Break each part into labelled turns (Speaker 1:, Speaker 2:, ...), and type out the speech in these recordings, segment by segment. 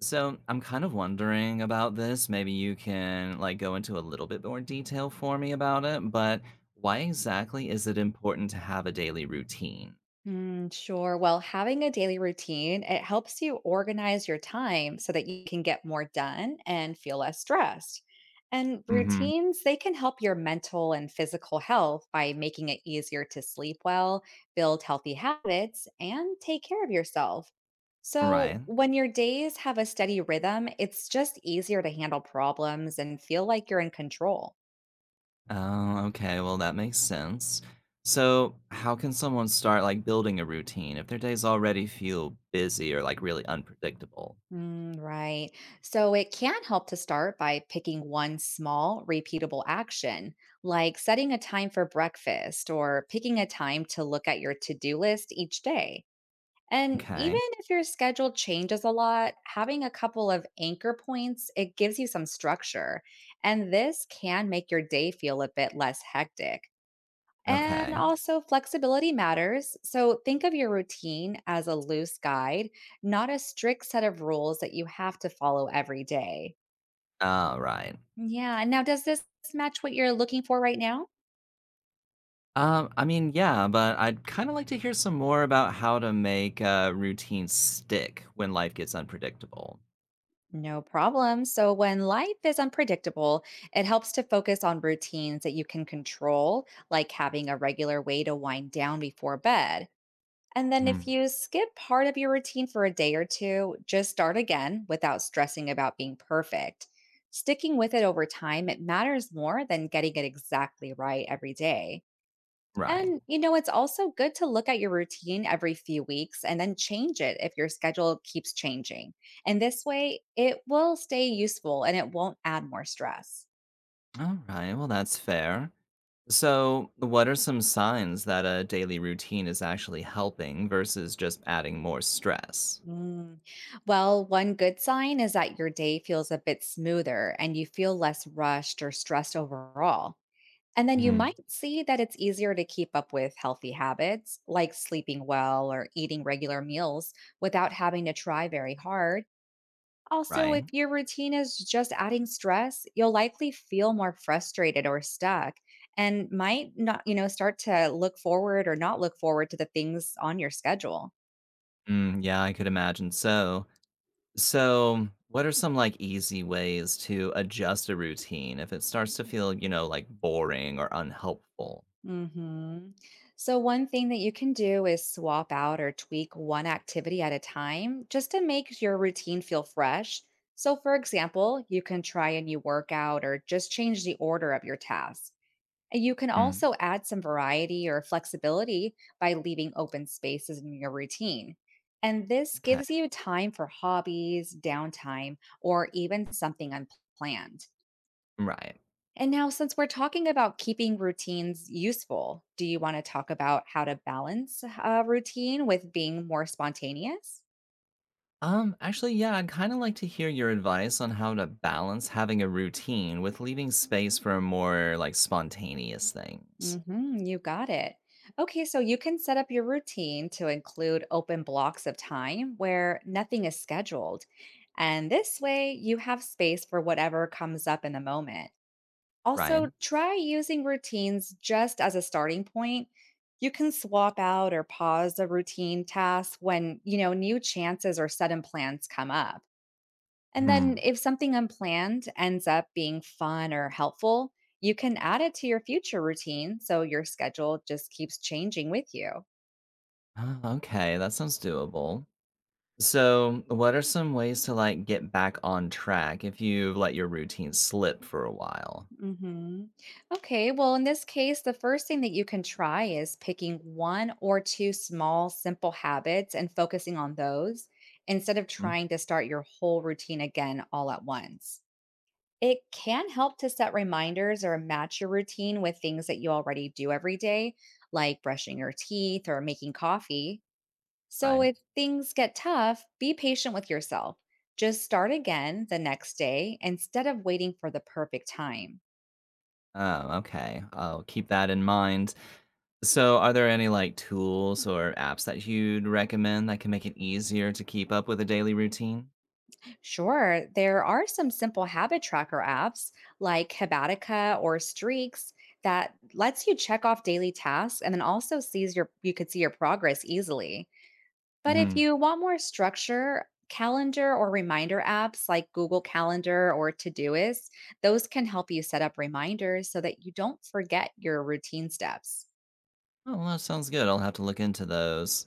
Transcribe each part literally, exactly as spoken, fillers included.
Speaker 1: So I'm kind of wondering about this. Maybe you can like go into a little bit more detail for me about it, but why exactly is it important to have a daily routine?
Speaker 2: Mm, sure. Well, having a daily routine, it helps you organize your time so that you can get more done and feel less stressed. And
Speaker 1: Hmm.
Speaker 2: routines, they can help your mental and physical health by making it easier to sleep well, build healthy habits, and take care of yourself. So,
Speaker 1: Right.
Speaker 2: when your days have a steady rhythm, it's just easier to handle problems and feel like you're in control.
Speaker 1: Oh, okay. Well, that makes sense. So how can someone start like building a routine if their days already feel busy or like really unpredictable?
Speaker 2: Mm, right. So it can help to start by picking one small, repeatable action, like setting a time for breakfast or picking a time to look at your to do list each day. And
Speaker 1: Okay.
Speaker 2: even if your schedule changes a lot, having a couple of anchor points, it gives you some structure. And this can make your day feel a bit less hectic. And
Speaker 1: Okay.
Speaker 2: also, flexibility matters. So, think of your routine as a loose guide, not a strict set of rules that you have to follow every day.
Speaker 1: All right.
Speaker 2: Yeah. Now, does this match what you're looking for right now?
Speaker 1: Um, I mean, yeah, but I'd kind of like to hear some more about how to make a routine stick when life gets unpredictable.
Speaker 2: No problem. So, when life is unpredictable, it helps to focus on routines that you can control, like having a regular way to wind down before bed. And then
Speaker 1: Hmm.
Speaker 2: if you skip part of your routine for a day or two, just start again without stressing about being perfect. Sticking with it over time, it matters more than getting it exactly right every day.
Speaker 1: Right.
Speaker 2: And you know, it's also good to look at your routine every few weeks and then change it if your schedule keeps changing. And this way, it will stay useful and it won't add more stress.
Speaker 1: All right. Well, that's fair. So, what are some signs that a daily routine is actually helping versus just adding more stress?
Speaker 2: Mm. Well, one good sign is that your day feels a bit smoother and you feel less rushed or stressed overall. And then you
Speaker 1: Hmm.
Speaker 2: might see that it's easier to keep up with healthy habits like sleeping well or eating regular meals without having to try very hard. Also,
Speaker 1: Right.
Speaker 2: if your routine is just adding stress, you'll likely feel more frustrated or stuck and might not, you know, start to look forward or not look forward to the things on your schedule.
Speaker 1: Mm, yeah, I could imagine so. So, what are some like easy ways to adjust a routine if it starts to feel, you know, like boring or unhelpful?
Speaker 2: Mhm. So, one thing that you can do is swap out or tweak one activity at a time just to make your routine feel fresh. So, for example, you can try a new workout or just change the order of your tasks. And you can
Speaker 1: Hmm.
Speaker 2: also add some variety or flexibility by leaving open spaces in your routine. And this
Speaker 1: Okay.
Speaker 2: gives you time for hobbies, downtime, or even something unplanned.
Speaker 1: Right.
Speaker 2: And now, since we're talking about keeping routines useful, do you want to talk about how to balance a routine with being more spontaneous?
Speaker 1: Um, actually, yeah, I'd kind of like to hear your advice on how to balance having a routine with leaving space for more like spontaneous things.
Speaker 2: hmm You got it. Okay, so you can set up your routine to include open blocks of time where nothing is scheduled. And this way, you have space for whatever comes up in the moment. Also,
Speaker 1: Ryan?
Speaker 2: try using routines just as a starting point. You can swap out or pause a routine task when, you know, new chances or sudden plans come up. And then
Speaker 1: Hmm.
Speaker 2: if something unplanned ends up being fun or helpful, you can add it to your future routine so your schedule just keeps changing with you.
Speaker 1: Ah, okay, that sounds doable. So, what are some ways to like get back on track if you've let your routine slip for a while?
Speaker 2: Mm-hmm. Okay, well, in this case, the first thing that you can try is picking one or two small, simple habits and focusing on those instead of
Speaker 1: Hmm?
Speaker 2: trying to start your whole routine again all at once. It can help to set reminders or match your routine with things that you already do every day, like brushing your teeth or making coffee. So
Speaker 1: Right.
Speaker 2: if things get tough, be patient with yourself. Just start again the next day instead of waiting for the perfect time.
Speaker 1: Oh, okay. I'll keep that in mind. So, are there any like tools or apps that you'd recommend that can make it easier to keep up with a daily routine?
Speaker 2: Sure, there are some simple habit tracker apps like Habatica or Streaks that lets you check off daily tasks and then also sees your you could see your progress easily. But if
Speaker 1: Hmm.
Speaker 2: you want more structure, calendar or reminder apps like Google Calendar or Todoist, those can help you set up reminders so that you don't forget your routine steps.
Speaker 1: Oh, well, that sounds good. I'll have to look into those.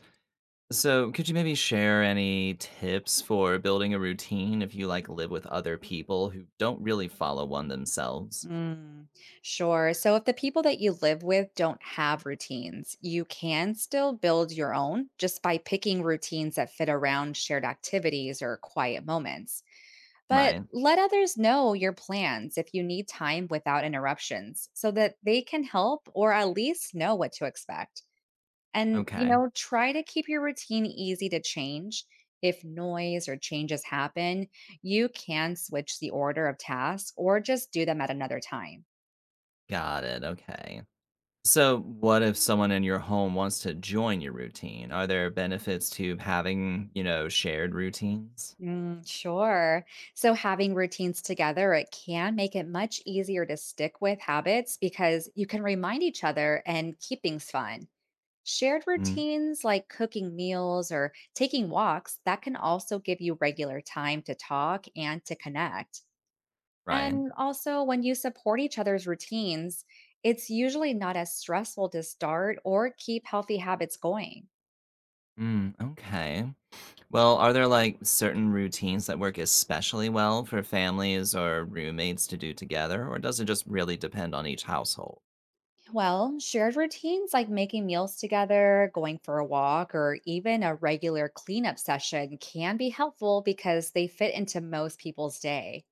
Speaker 1: So, could you maybe share any tips for building a routine if you like live with other people who don't really follow one themselves?
Speaker 2: Mm, sure. So, if the people that you live with don't have routines, you can still build your own just by picking routines that fit around shared activities or quiet moments. But
Speaker 1: Right.
Speaker 2: let others know your plans if you need time without interruptions so that they can help or at least know what to expect. And, you
Speaker 1: Okay.
Speaker 2: know, try to keep your routine easy to change. If noise or changes happen, you can switch the order of tasks or just do them at another time.
Speaker 1: Got it. Okay. So, what if someone in your home wants to join your routine? Are there benefits to having, you know, shared routines?
Speaker 2: Mm, sure. So, having routines together, it can make it much easier to stick with habits because you can remind each other and keep things fun. Shared
Speaker 1: Mm.
Speaker 2: routines like cooking meals or taking walks, that can also give you regular time to talk and to connect.
Speaker 1: Right.
Speaker 2: And also, when you support each other's routines, it's usually not as stressful to start or keep healthy habits going.
Speaker 1: Mm, okay. Well, are there like certain routines that work especially well for families or roommates to do together, or does it just really depend on each household?
Speaker 2: Well, shared routines like making meals together, going for a walk, or even a regular cleanup session can be helpful because they fit into most people's day.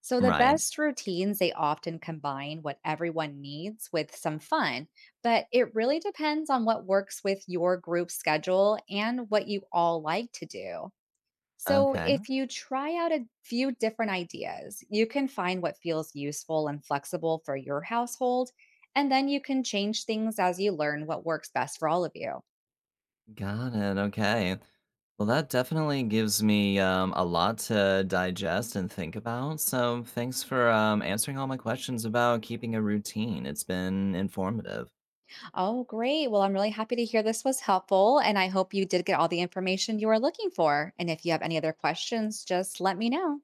Speaker 2: So, the
Speaker 1: Right.
Speaker 2: best routines, they often combine what everyone needs with some fun, but it really depends on what works with your group schedule and what you all like to do. So,
Speaker 1: Okay.
Speaker 2: if you try out a few different ideas, you can find what feels useful and flexible for your household, and then you can change things as you learn what works best for all of you.
Speaker 1: Got it. Okay. Well, that definitely gives me um, a lot to digest and think about. So thanks for um, answering all my questions about keeping a routine. It's been informative.
Speaker 2: Oh, great. Well, I'm really happy to hear this was helpful, and I hope you did get all the information you were looking for. And if you have any other questions, just let me know.